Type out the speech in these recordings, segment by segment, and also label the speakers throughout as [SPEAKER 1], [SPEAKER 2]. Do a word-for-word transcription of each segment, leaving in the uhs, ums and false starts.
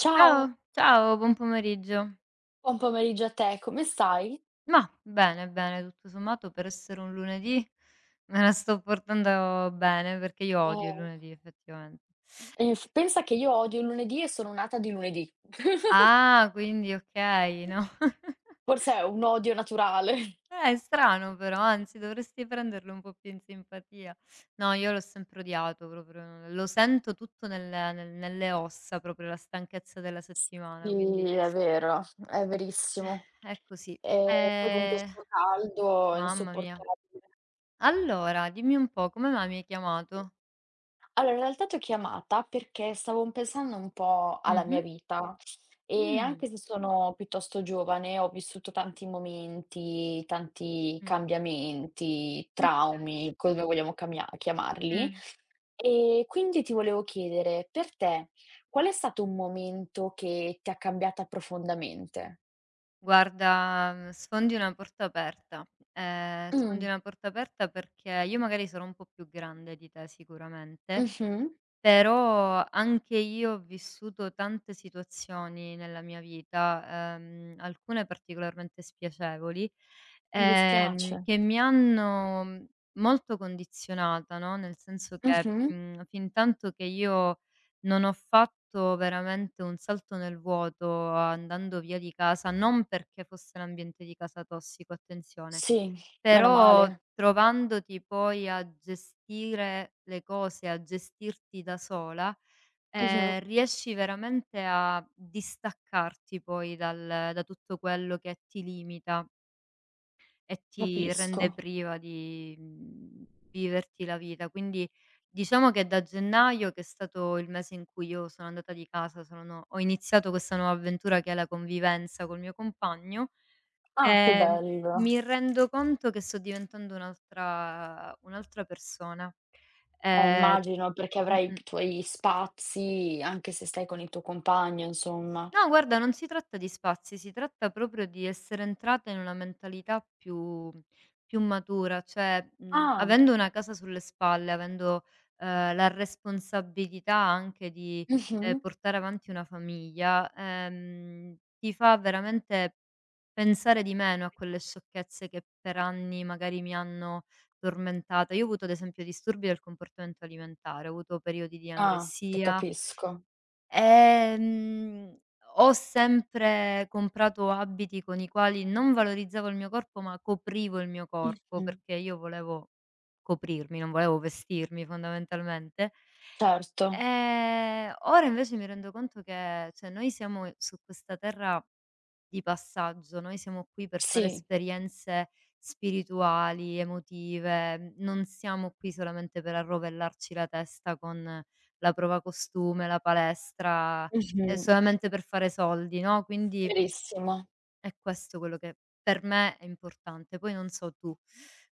[SPEAKER 1] Ciao,
[SPEAKER 2] Ciao, ciao, buon pomeriggio.
[SPEAKER 1] buon pomeriggio a te, come stai?
[SPEAKER 2] Mah, bene, bene, tutto sommato per essere un lunedì me la sto portando bene, perché io odio il
[SPEAKER 1] Eh,
[SPEAKER 2] lunedì effettivamente.
[SPEAKER 1] ehm, f Pensa che io odio il lunedì e sono nata di lunedì.
[SPEAKER 2] Ah, quindi okay, no.
[SPEAKER 1] Forse è un odio naturale.
[SPEAKER 2] Eh, è strano però, anzi dovresti prenderlo un po' più in simpatia. No, io l'ho sempre odiato proprio, no, lo sento tutto nel nel nelle ossa proprio la stanchezza della settimana,
[SPEAKER 1] Sì,
[SPEAKER 2] quindi
[SPEAKER 1] è vero, è verissimo.
[SPEAKER 2] è così.
[SPEAKER 1] E poi con
[SPEAKER 2] Ehm,
[SPEAKER 1] questo caldo è
[SPEAKER 2] mamma mia.
[SPEAKER 1] insopportabile.
[SPEAKER 2] Allora, dimmi un po' come mai mi hai chiamato?
[SPEAKER 1] Allora, in realtà t'ho chiamata perché stavo pensando un po' alla mia
[SPEAKER 2] Mh-mh.
[SPEAKER 1] vita e anche
[SPEAKER 2] Mh.
[SPEAKER 1] se sono piuttosto giovane, ho vissuto tanti momenti, tanti
[SPEAKER 2] Mh.
[SPEAKER 1] cambiamenti,
[SPEAKER 2] Okay.
[SPEAKER 1] traumi, come vogliamo camia chiamarli.
[SPEAKER 2] Mh.
[SPEAKER 1] E quindi ti volevo chiedere, per te, qual è stato un momento che ti ha cambiata profondamente?
[SPEAKER 2] Guarda, mhmm, sfondi una porta aperta. Ehm, sfondi
[SPEAKER 1] Mh.
[SPEAKER 2] una porta aperta perché io magari sarò un po' più grande di te sicuramente.
[SPEAKER 1] Mh-mh.
[SPEAKER 2] Però anche io ho vissuto tante situazioni nella mia vita, ehm, alcune particolarmente spiacevoli,
[SPEAKER 1] Mi
[SPEAKER 2] ehm,
[SPEAKER 1] dispiace.
[SPEAKER 2] che mi hanno, mhmm, molto condizionata, no, nel senso che,
[SPEAKER 1] Mh-mh.
[SPEAKER 2] mhmm, fintanto che io non ho fatto veramente un salto nel vuoto andando via di casa, non perché fosse l'ambiente di casa tossico, attenzione,
[SPEAKER 1] Sì, meno
[SPEAKER 2] però
[SPEAKER 1] male.
[SPEAKER 2] trovandoti poi a gestire le cose, a gestirti da sola,
[SPEAKER 1] Mh-mh.
[SPEAKER 2] ehm, riesci veramente a distaccarti poi dal da tutto quello che ti limita. E ti rende
[SPEAKER 1] Capisco.
[SPEAKER 2] priva di, mhmm, viverti la vita. Quindi diciamo che da gennaio, che è stato il mese in cui io sono andata di casa, sono no, ho iniziato questa nuova avventura che è la convivenza col mio compagno,
[SPEAKER 1] Ah, che
[SPEAKER 2] ehm,
[SPEAKER 1] bello.
[SPEAKER 2] mi rendo conto che sto diventando un'altra un'altra persona.
[SPEAKER 1] Eh,
[SPEAKER 2] Ehm
[SPEAKER 1] immagino perché avrai i
[SPEAKER 2] mh-mh.
[SPEAKER 1] tuoi spazi, anche se stai con il tuo compagno, insomma.
[SPEAKER 2] No, guarda, non si tratta di spazi, si tratta proprio di essere entrata in una mentalità più più matura, cioè, mhmm,
[SPEAKER 1] Ah.
[SPEAKER 2] avendo una casa sulle spalle, avendo, ehm, la responsabilità anche di, ehm,
[SPEAKER 1] Mh-mh.
[SPEAKER 2] portare avanti una famiglia, ehm, ti fa veramente pensare di meno a quelle sciocchezze che per anni magari mi hanno tormentata. Io ho avuto ad esempio disturbi del comportamento alimentare, ho avuto periodi di
[SPEAKER 1] Ah, ti
[SPEAKER 2] anoressia.
[SPEAKER 1] capisco.
[SPEAKER 2] Ehm, ho sempre comprato abiti con i quali non valorizzavo il mio corpo, ma coprivo il mio corpo,
[SPEAKER 1] Mh-mh.
[SPEAKER 2] perché io volevo coprirmi, non volevo vestirmi fondamentalmente.
[SPEAKER 1] Certo.
[SPEAKER 2] Ehm, ora invece mi rendo conto che, cioè, noi siamo su questa terra di passaggio, noi siamo qui per fare
[SPEAKER 1] Sì.
[SPEAKER 2] esperienze spirituali, emotive, mhmm, non siamo qui solamente per arrovellarci la testa con la prova costume, la palestra, ehm,
[SPEAKER 1] Mh-mh.
[SPEAKER 2] solamente per fare soldi, no, quindi
[SPEAKER 1] Verissimo.
[SPEAKER 2] è questo quello che per me è importante. Poi non so tu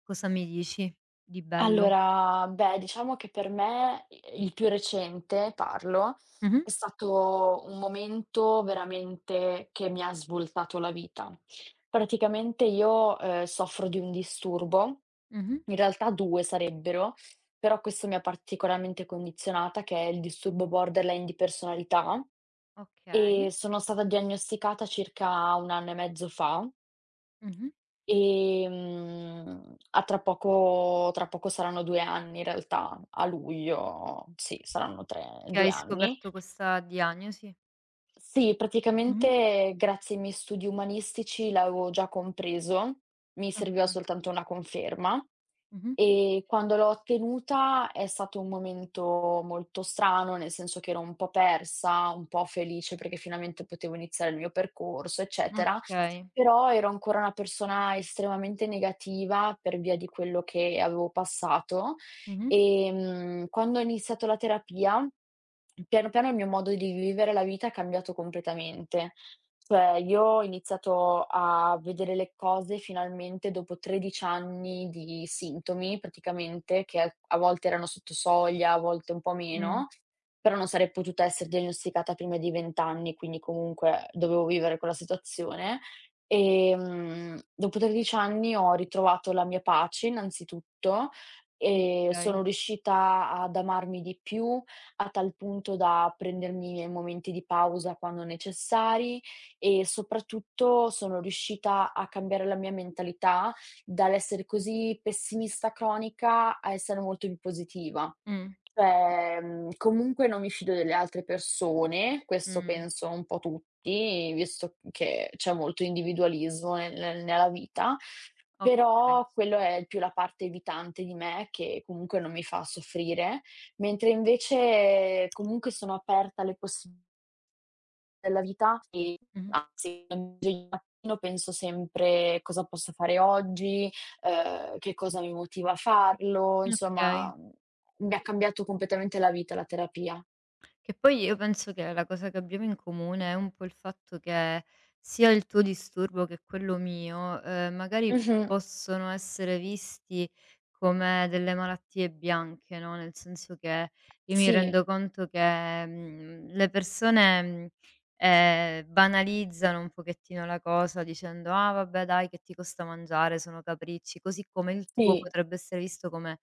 [SPEAKER 2] cosa mi dici di bello?
[SPEAKER 1] Allora, beh, diciamo che per me i il più recente, parlo,
[SPEAKER 2] Mh-mh,
[SPEAKER 1] è stato un momento veramente che mi ha svoltato la vita. Praticamente io, ehm, soffro di un disturbo,
[SPEAKER 2] mh-mh,
[SPEAKER 1] in realtà due sarebbero, però questo mi ha particolarmente condizionata, che è il disturbo borderline di personalità e
[SPEAKER 2] okay,
[SPEAKER 1] sono stata diagnosticata circa un anno e mezzo fa.
[SPEAKER 2] mh-mh.
[SPEAKER 1] Ehm, a Tra poco tra poco saranno due anni in realtà, a luglio sì, saranno 3
[SPEAKER 2] Che
[SPEAKER 1] due
[SPEAKER 2] hai
[SPEAKER 1] anni.
[SPEAKER 2] scoperto questa diagnosi?
[SPEAKER 1] Sì,
[SPEAKER 2] Mh-mh,
[SPEAKER 1] praticamente grazie ai miei studi umanistici l'avevo già compreso, mi
[SPEAKER 2] okay,
[SPEAKER 1] serviva soltanto una conferma
[SPEAKER 2] mh-mh,
[SPEAKER 1] e quando l'ho ottenuta è stato un momento molto strano, nel senso che ero un po' persa, un po' felice perché finalmente potevo iniziare il mio percorso, eccetera,
[SPEAKER 2] okay,
[SPEAKER 1] però ero ancora una persona estremamente negativa per via di quello che avevo passato.
[SPEAKER 2] mh-mh,
[SPEAKER 1] Ehm, quando ho iniziato la terapia, piano piano il mio modo di vivere la vita è cambiato completamente. Cioè, io ho iniziato a vedere le cose finalmente dopo tredici anni di sintomi, praticamente, che a a volte erano sotto soglia, a volte un po'
[SPEAKER 2] mh.
[SPEAKER 1] meno, però non sarei potuta essere diagnosticata prima di venti anni, quindi comunque dovevo vivere quella situazione. Ehm, dopo tredici anni ho ritrovato la mia pace innanzitutto. Ehm,
[SPEAKER 2] Okay.
[SPEAKER 1] sono riuscita ad amarmi di più, a tal punto da prendermi i miei momenti di pausa quando necessari e soprattutto sono riuscita a cambiare la mia mentalità dall'essere così pessimista cronica a essere molto più positiva.
[SPEAKER 2] Mh.
[SPEAKER 1] Cioè, mhmm, comunque non mi fido delle altre persone, questo
[SPEAKER 2] Mh.
[SPEAKER 1] penso un po' tutti, visto che c'è molto individualismo nel nella vita,
[SPEAKER 2] Okay.
[SPEAKER 1] però quello è più la parte evitante di me che comunque non mi fa soffrire, mentre invece comunque sono aperta alle possibilità della vita e
[SPEAKER 2] Mh-mh.
[SPEAKER 1] anzi il mattino penso sempre: "Cosa posso fare oggi? Uhm, che cosa mi motiva a farlo?" Insomma,
[SPEAKER 2] Okay.
[SPEAKER 1] mhmm, mi ha cambiato completamente la vita la terapia.
[SPEAKER 2] Che poi io penso che la cosa che abbiamo in comune è un po' il fatto che sia il tuo disturbo che quello mio, ehm, magari
[SPEAKER 1] Mh-mh.
[SPEAKER 2] possono essere visti come delle malattie bianche, no, nel senso che io mi
[SPEAKER 1] Sì,
[SPEAKER 2] rendo conto che, mhmm, le persone, mhmm, ehm, banalizzano un pochettino la cosa dicendo: "Ah vabbè dai che ti costa mangiare, sono capricci", così come il tuo
[SPEAKER 1] sì,
[SPEAKER 2] potrebbe essere visto come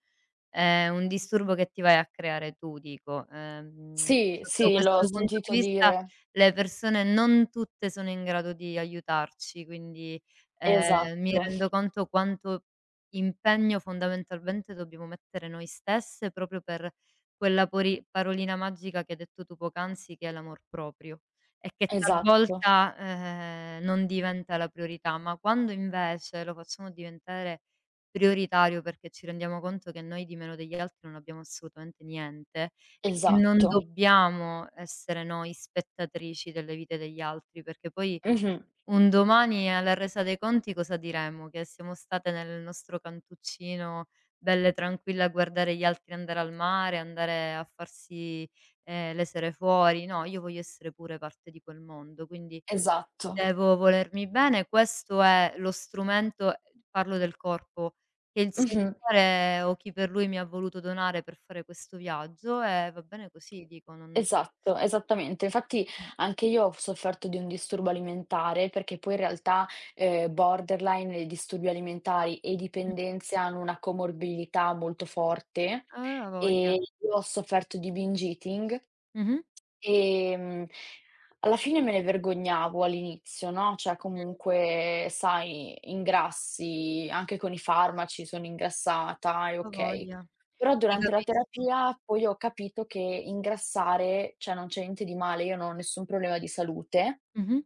[SPEAKER 2] è un disturbo che ti vai a creare tu dico. Ehm,
[SPEAKER 1] sì,
[SPEAKER 2] sotto
[SPEAKER 1] sì, l'ho
[SPEAKER 2] questo punto
[SPEAKER 1] sentito
[SPEAKER 2] di vista
[SPEAKER 1] dire.
[SPEAKER 2] le persone non tutte sono in grado di aiutarci, quindi, ehm, mi
[SPEAKER 1] Esatto,
[SPEAKER 2] rendo conto quanto impegno fondamentalmente dobbiamo mettere noi stesse proprio per quella pori parolina magica che hai detto tu poc'anzi che è l'amor proprio e che
[SPEAKER 1] esatto,
[SPEAKER 2] talvolta, ehm, non diventa la priorità, ma quando invece lo facciamo diventare prioritario perché ci rendiamo conto che noi di meno degli altri non abbiamo assolutamente niente e che non
[SPEAKER 1] esatto.
[SPEAKER 2] dobbiamo essere noi spettatrici delle vite degli altri, perché poi
[SPEAKER 1] Mh-mh.
[SPEAKER 2] un domani alla resa dei conti cosa diremo? Che siamo state nel nostro cantuccino belle tranquille a guardare gli altri andare al mare, andare a farsi, ehm, le sere fuori. No, io voglio essere pure parte di quel mondo, quindi
[SPEAKER 1] Esatto.
[SPEAKER 2] devo volermi bene, questo è lo strumento, parlo del corpo, che il
[SPEAKER 1] Mh-mh.
[SPEAKER 2] Signore o chi per Lui mi ha voluto donare per fare questo viaggio e va bene così dico, non
[SPEAKER 1] Esatto, esattamente. Infatti
[SPEAKER 2] mh,
[SPEAKER 1] anche io ho sofferto di un disturbo alimentare, perché poi in realtà, ehm, borderline e disturbi alimentari e
[SPEAKER 2] mh,
[SPEAKER 1] dipendenze hanno una comorbidità molto forte,
[SPEAKER 2] eh, a
[SPEAKER 1] e
[SPEAKER 2] voglia.
[SPEAKER 1] io ho sofferto di binge eating.
[SPEAKER 2] Mh-mh.
[SPEAKER 1] Ehm, Alla fine me ne vergognavo all'inizio, no, cioè
[SPEAKER 2] Mh,
[SPEAKER 1] comunque sai ingrassi, anche con i farmaci sono ingrassata e
[SPEAKER 2] a
[SPEAKER 1] okay.
[SPEAKER 2] voglia.
[SPEAKER 1] Però
[SPEAKER 2] Ti
[SPEAKER 1] durante la
[SPEAKER 2] capisco.
[SPEAKER 1] terapia poi ho capito che ingrassare, cioè non c'è niente di male, io non ho nessun problema di salute.
[SPEAKER 2] Mh-mh.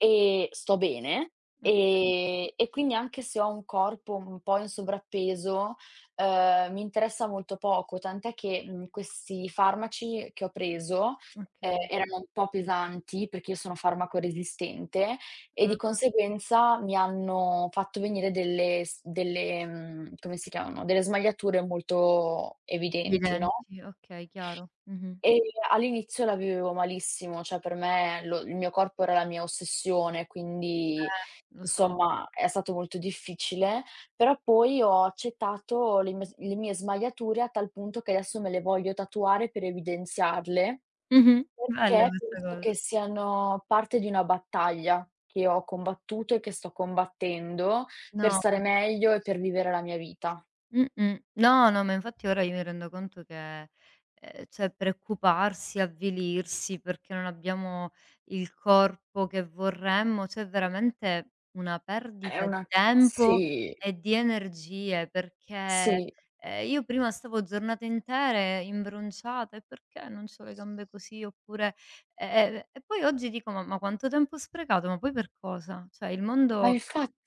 [SPEAKER 1] Ehm, sto bene,
[SPEAKER 2] Okay,
[SPEAKER 1] ehm, e quindi anche se ho un corpo un po' in sovrappeso, uhm, mi interessa molto poco, tant'è che, mhmm, questi farmaci che ho preso,
[SPEAKER 2] okay.
[SPEAKER 1] ehm, erano un po' pesanti, perché io sono farmacoresistente, e
[SPEAKER 2] Ah,
[SPEAKER 1] di conseguenza mi hanno fatto venire delle s delle mhmm, come si chiamano, delle smagliature molto evidenti, no?
[SPEAKER 2] evidenti, okay, chiaro. Mh-mh.
[SPEAKER 1] Ehm, All'inizio la vivevo malissimo, cioè per me lo il mio corpo era la mia ossessione, quindi
[SPEAKER 2] Eh, lo so.
[SPEAKER 1] insomma è stato molto difficile, però poi ho accettato le mie s le mie smagliature a tal punto che adesso me le voglio tatuare per evidenziarle,
[SPEAKER 2] Mh-mh. Bella
[SPEAKER 1] perché
[SPEAKER 2] questa
[SPEAKER 1] penso
[SPEAKER 2] cosa.
[SPEAKER 1] che siano parte di una battaglia che ho combattuto e che sto combattendo per
[SPEAKER 2] No, ma
[SPEAKER 1] stare meglio e per vivere la mia vita.
[SPEAKER 2] mh-mh. No, no, ma infatti ora io mi rendo conto che, ehm, cioè preoccuparsi, avvilirsi perché non abbiamo il corpo che vorremmo, cioè è veramente una
[SPEAKER 1] È
[SPEAKER 2] perdita
[SPEAKER 1] una
[SPEAKER 2] di tempo
[SPEAKER 1] Sì,
[SPEAKER 2] e di energie, perché,
[SPEAKER 1] sì,
[SPEAKER 2] ehm, io prima stavo giornate intere imbronciata: "E perché non c'ho le gambe così?" Oppure e e e poi oggi dico: "Ma ma quanto tempo ho sprecato, ma poi per cosa?" Cioè il
[SPEAKER 1] ma
[SPEAKER 2] mondo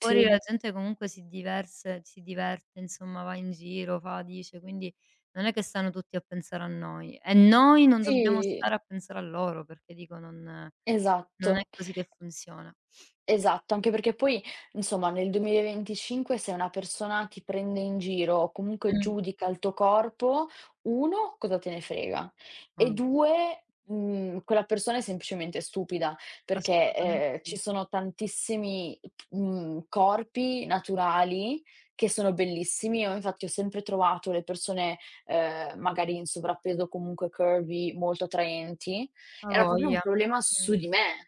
[SPEAKER 2] fuori la gente comunque si diverse si diverte, insomma, va in giro, fa, dice, quindi non è che stanno tutti a pensare a noi e noi non dobbiamo
[SPEAKER 1] sì.
[SPEAKER 2] stare a pensare a loro, perché dico non non è
[SPEAKER 1] Esatto,
[SPEAKER 2] così che funziona.
[SPEAKER 1] esatto, anche perché poi, insomma, nel duemilaventicinque se una persona ti prende in giro o comunque
[SPEAKER 2] Mh.
[SPEAKER 1] giudica il tuo corpo, uno cosa te ne frega
[SPEAKER 2] No,
[SPEAKER 1] e
[SPEAKER 2] no,
[SPEAKER 1] due, mhmm, quella persona è semplicemente stupida perché,
[SPEAKER 2] assolutamente
[SPEAKER 1] ehm,
[SPEAKER 2] sì.
[SPEAKER 1] ci sono tantissimi, mhmm, corpi naturali che sono bellissimi. Io infatti ho sempre trovato le persone, ehm, magari in sovrappeso, comunque curvy, molto attraenti.
[SPEAKER 2] A
[SPEAKER 1] Era proprio un
[SPEAKER 2] voglia, mamma
[SPEAKER 1] problema su
[SPEAKER 2] mia.
[SPEAKER 1] di me.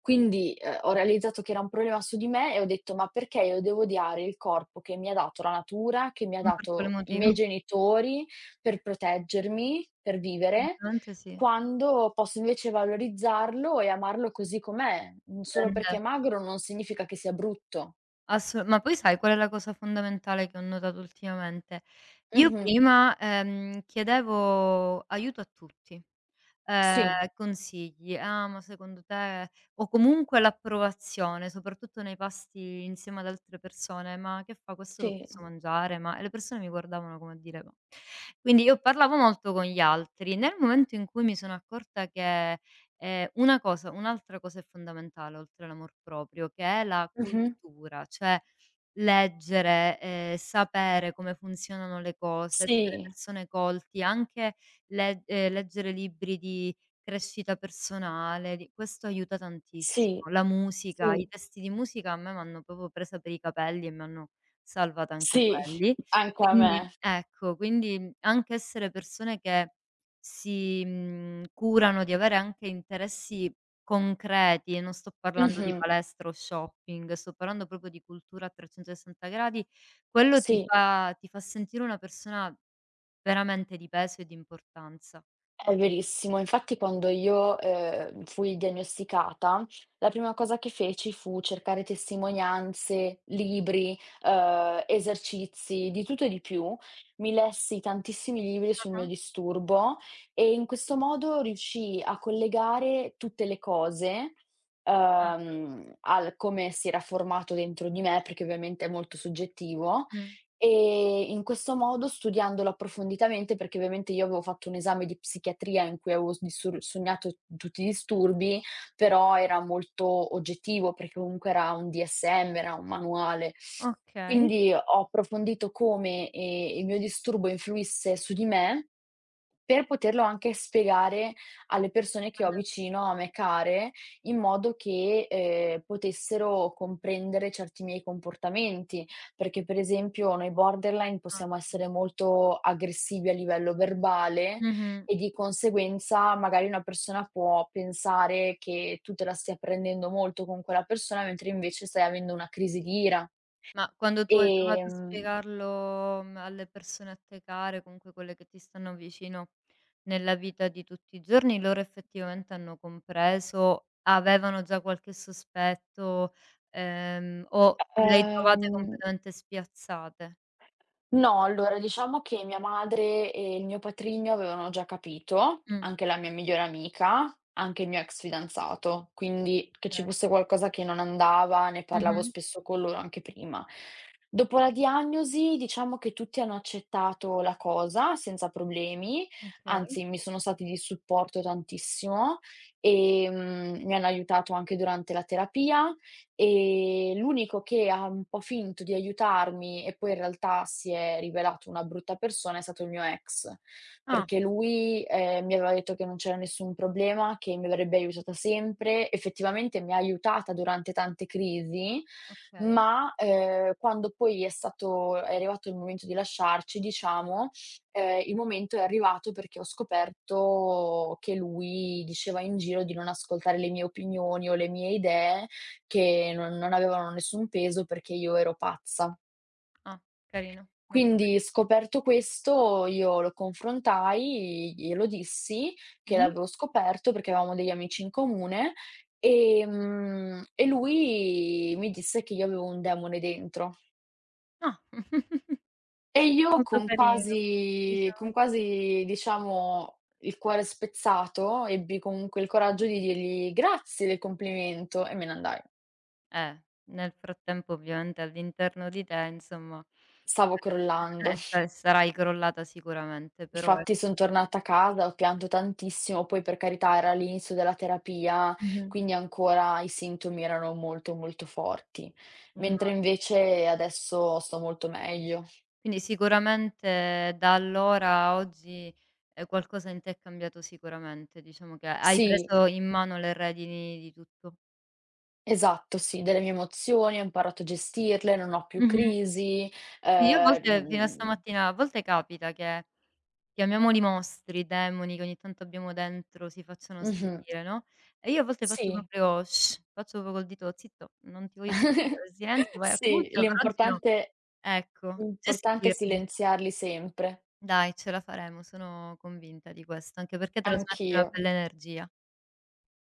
[SPEAKER 1] Quindi, ehm, ho realizzato che era un problema su di me e ho detto: "Ma perché io devo odiare il corpo che mi ha dato la natura, che mi ha
[SPEAKER 2] Ma per quale
[SPEAKER 1] dato i
[SPEAKER 2] motivo?
[SPEAKER 1] miei genitori per proteggermi, per vivere,
[SPEAKER 2] Assolutamente sì.
[SPEAKER 1] quando posso invece valorizzarlo e amarlo così com'è? Mhmm, Solo
[SPEAKER 2] Ben
[SPEAKER 1] perché
[SPEAKER 2] detto.
[SPEAKER 1] è magro non significa che sia brutto."
[SPEAKER 2] Asso ma poi sai qual è la cosa fondamentale che ho notato ultimamente? Io
[SPEAKER 1] Mh-mh.
[SPEAKER 2] prima, ehm, chiedevo aiuto a tutti. Ehm,
[SPEAKER 1] Sì,
[SPEAKER 2] consigli: "Ah, ma secondo te", o comunque l'approvazione, soprattutto nei pasti insieme ad altre persone: "Ma che fa, questo lo
[SPEAKER 1] sì.
[SPEAKER 2] posso mangiare? Ma", e le persone mi guardavano come a dire: "Ma", quindi io parlavo molto con gli altri. Nel momento in cui mi sono accorta che, ehm, una cosa un'altra cosa è fondamentale oltre all'amor proprio, che è la
[SPEAKER 1] Mh-mh.
[SPEAKER 2] cultura, cioè leggere, ehm, sapere come funzionano le cose, essere
[SPEAKER 1] Sì,
[SPEAKER 2] persone colti, anche leg ehm, leggere libri di crescita personale, di questo aiuta tantissimo.
[SPEAKER 1] sì,
[SPEAKER 2] La musica,
[SPEAKER 1] sì,
[SPEAKER 2] i testi di musica a me m'hanno proprio presa per i capelli e mi hanno salvata anche
[SPEAKER 1] sì,
[SPEAKER 2] quelli.
[SPEAKER 1] anche a
[SPEAKER 2] Quindi
[SPEAKER 1] me.
[SPEAKER 2] ecco, quindi anche essere persone che si, mhmm, curano di avere anche interessi concreti, e non sto parlando di
[SPEAKER 1] Mh-mh.
[SPEAKER 2] palestra o shopping, sto parlando proprio di cultura a trecentosessanta gradi, quello ti
[SPEAKER 1] Sì.
[SPEAKER 2] fa ti fa sentire una persona veramente di peso e di importanza.
[SPEAKER 1] È verissimo. Infatti quando io, ehm, fui diagnosticata, la prima cosa che feci fu cercare testimonianze, libri, ehm, esercizi, di tutto e di più. Mi lessi tantissimi libri sul mio
[SPEAKER 2] Ah-ah.
[SPEAKER 1] disturbo e in questo modo riuscii a collegare tutte le cose,
[SPEAKER 2] Eh,
[SPEAKER 1] ehm, al come si era formato dentro di me, perché ovviamente è molto soggettivo
[SPEAKER 2] mh.
[SPEAKER 1] e in questo modo, studiandolo approfonditamente, perché ovviamente io avevo fatto un esame di psichiatria in cui avevo s dissur sognato tutti i disturbi, però era molto oggettivo, perché comunque era un D S M, era un manuale.
[SPEAKER 2] Okay.
[SPEAKER 1] Quindi ho approfondito come, ehm, il mio disturbo influisse su di me, per poterlo anche spiegare alle persone che ho
[SPEAKER 2] Alle
[SPEAKER 1] vicino a me care, in modo che, ehm, potessero comprendere certi miei comportamenti. Perché per esempio noi borderline possiamo
[SPEAKER 2] immagini.
[SPEAKER 1] essere molto aggressivi a livello verbale
[SPEAKER 2] Mh-mh.
[SPEAKER 1] e di conseguenza magari una persona può pensare che tu te la stia prendendo molto con quella persona, mentre invece stai avendo una crisi di ira.
[SPEAKER 2] Ma quando tu hai provato a
[SPEAKER 1] Ehm,
[SPEAKER 2] spiegarlo, mhmm, alle persone a te care, comunque quelle che ti stanno vicino nella vita di tutti i giorni, loro effettivamente hanno compreso? Avevano già qualche sospetto, ehm, o le hai trovate
[SPEAKER 1] ehm
[SPEAKER 2] completamente spiazzate?
[SPEAKER 1] No, allora diciamo che mia madre e il mio patrigno avevano già capito,
[SPEAKER 2] Mh,
[SPEAKER 1] anche la mia migliore amica, anche il mio ex fidanzato, quindi che ci
[SPEAKER 2] okay.
[SPEAKER 1] fosse qualcosa che non andava, ne parlavo
[SPEAKER 2] Mh-mh.
[SPEAKER 1] spesso con loro anche prima. Dopo la diagnosi diciamo che tutti hanno accettato la cosa senza problemi,
[SPEAKER 2] Okay.
[SPEAKER 1] anzi mi sono stati di supporto tantissimo e, mhmm, mi hanno aiutato anche durante la terapia. Ehm, l'unico che ha un po' finto di aiutarmi e poi in realtà si è rivelato una brutta persona è stato il mio ex,
[SPEAKER 2] Ah,
[SPEAKER 1] perché lui, ehm, mi aveva detto che non c'era nessun problema, che mi avrebbe aiutata sempre. Effettivamente mi ha aiutata durante tante crisi,
[SPEAKER 2] okay.
[SPEAKER 1] ma, ehm, quando poi è stato è arrivato il momento di lasciarci, diciamo, ehm, il momento è arrivato perché ho scoperto che lui diceva in giro di non ascoltare le mie opinioni o le mie idee che non non avevano nessun peso perché io ero pazza.
[SPEAKER 2] Ah, carino, molto cari
[SPEAKER 1] Quindi scoperto questo, io lo confrontai, glielo dissi che
[SPEAKER 2] mh-mh.
[SPEAKER 1] l'avevo scoperto perché avevamo degli amici in comune, ehm, e lui mi disse che io avevo un demone dentro.
[SPEAKER 2] Ah.
[SPEAKER 1] E io
[SPEAKER 2] Molto
[SPEAKER 1] con
[SPEAKER 2] carino.
[SPEAKER 1] quasi con
[SPEAKER 2] Diciamo.
[SPEAKER 1] quasi diciamo il cuore spezzato, ebbi comunque il coraggio di dirgli: "Grazie del complimento" e me ne andai.
[SPEAKER 2] Eh, nel frattempo ovviamente all'interno di te insomma
[SPEAKER 1] Stavo crollando.
[SPEAKER 2] eh, sa sarai crollata sicuramente, però
[SPEAKER 1] Infatti
[SPEAKER 2] ecco
[SPEAKER 1] son tornata a casa, ho pianto tantissimo, poi per carità era l'inizio della terapia,
[SPEAKER 2] mh-mh.
[SPEAKER 1] quindi ancora i sintomi erano molto, molto forti, mentre
[SPEAKER 2] Immag
[SPEAKER 1] invece adesso sto molto meglio.
[SPEAKER 2] quindi sicuramente da allora a oggi, ehm, qualcosa in te è cambiato sicuramente, diciamo che hai
[SPEAKER 1] Sì,
[SPEAKER 2] preso in mano le redini di tutto.
[SPEAKER 1] esatto, sì, delle mie emozioni, ho imparato a gestirle, non ho più
[SPEAKER 2] Mh-mh.
[SPEAKER 1] crisi,
[SPEAKER 2] Sì, io a
[SPEAKER 1] ehm,
[SPEAKER 2] volte fino a
[SPEAKER 1] mhmm
[SPEAKER 2] stamattina a volte capita che chiamiamoli mostri, demoni che ogni tanto abbiamo dentro, si facciano
[SPEAKER 1] mh-mh,
[SPEAKER 2] sentire, no, e io a volte faccio
[SPEAKER 1] sì.
[SPEAKER 2] proprio "Shh", faccio proprio col dito: "Zitto, non ti voglio sentire, silenzio, vai a
[SPEAKER 1] Sì,
[SPEAKER 2] cuccia, per oggi no".
[SPEAKER 1] l'importante
[SPEAKER 2] Ecco,
[SPEAKER 1] l'importante è
[SPEAKER 2] gestirli.
[SPEAKER 1] silenziarli sempre.
[SPEAKER 2] Dai, ce la faremo, sono convinta di questo, anche perché trasmetti una
[SPEAKER 1] Anch'io.
[SPEAKER 2] bella energia.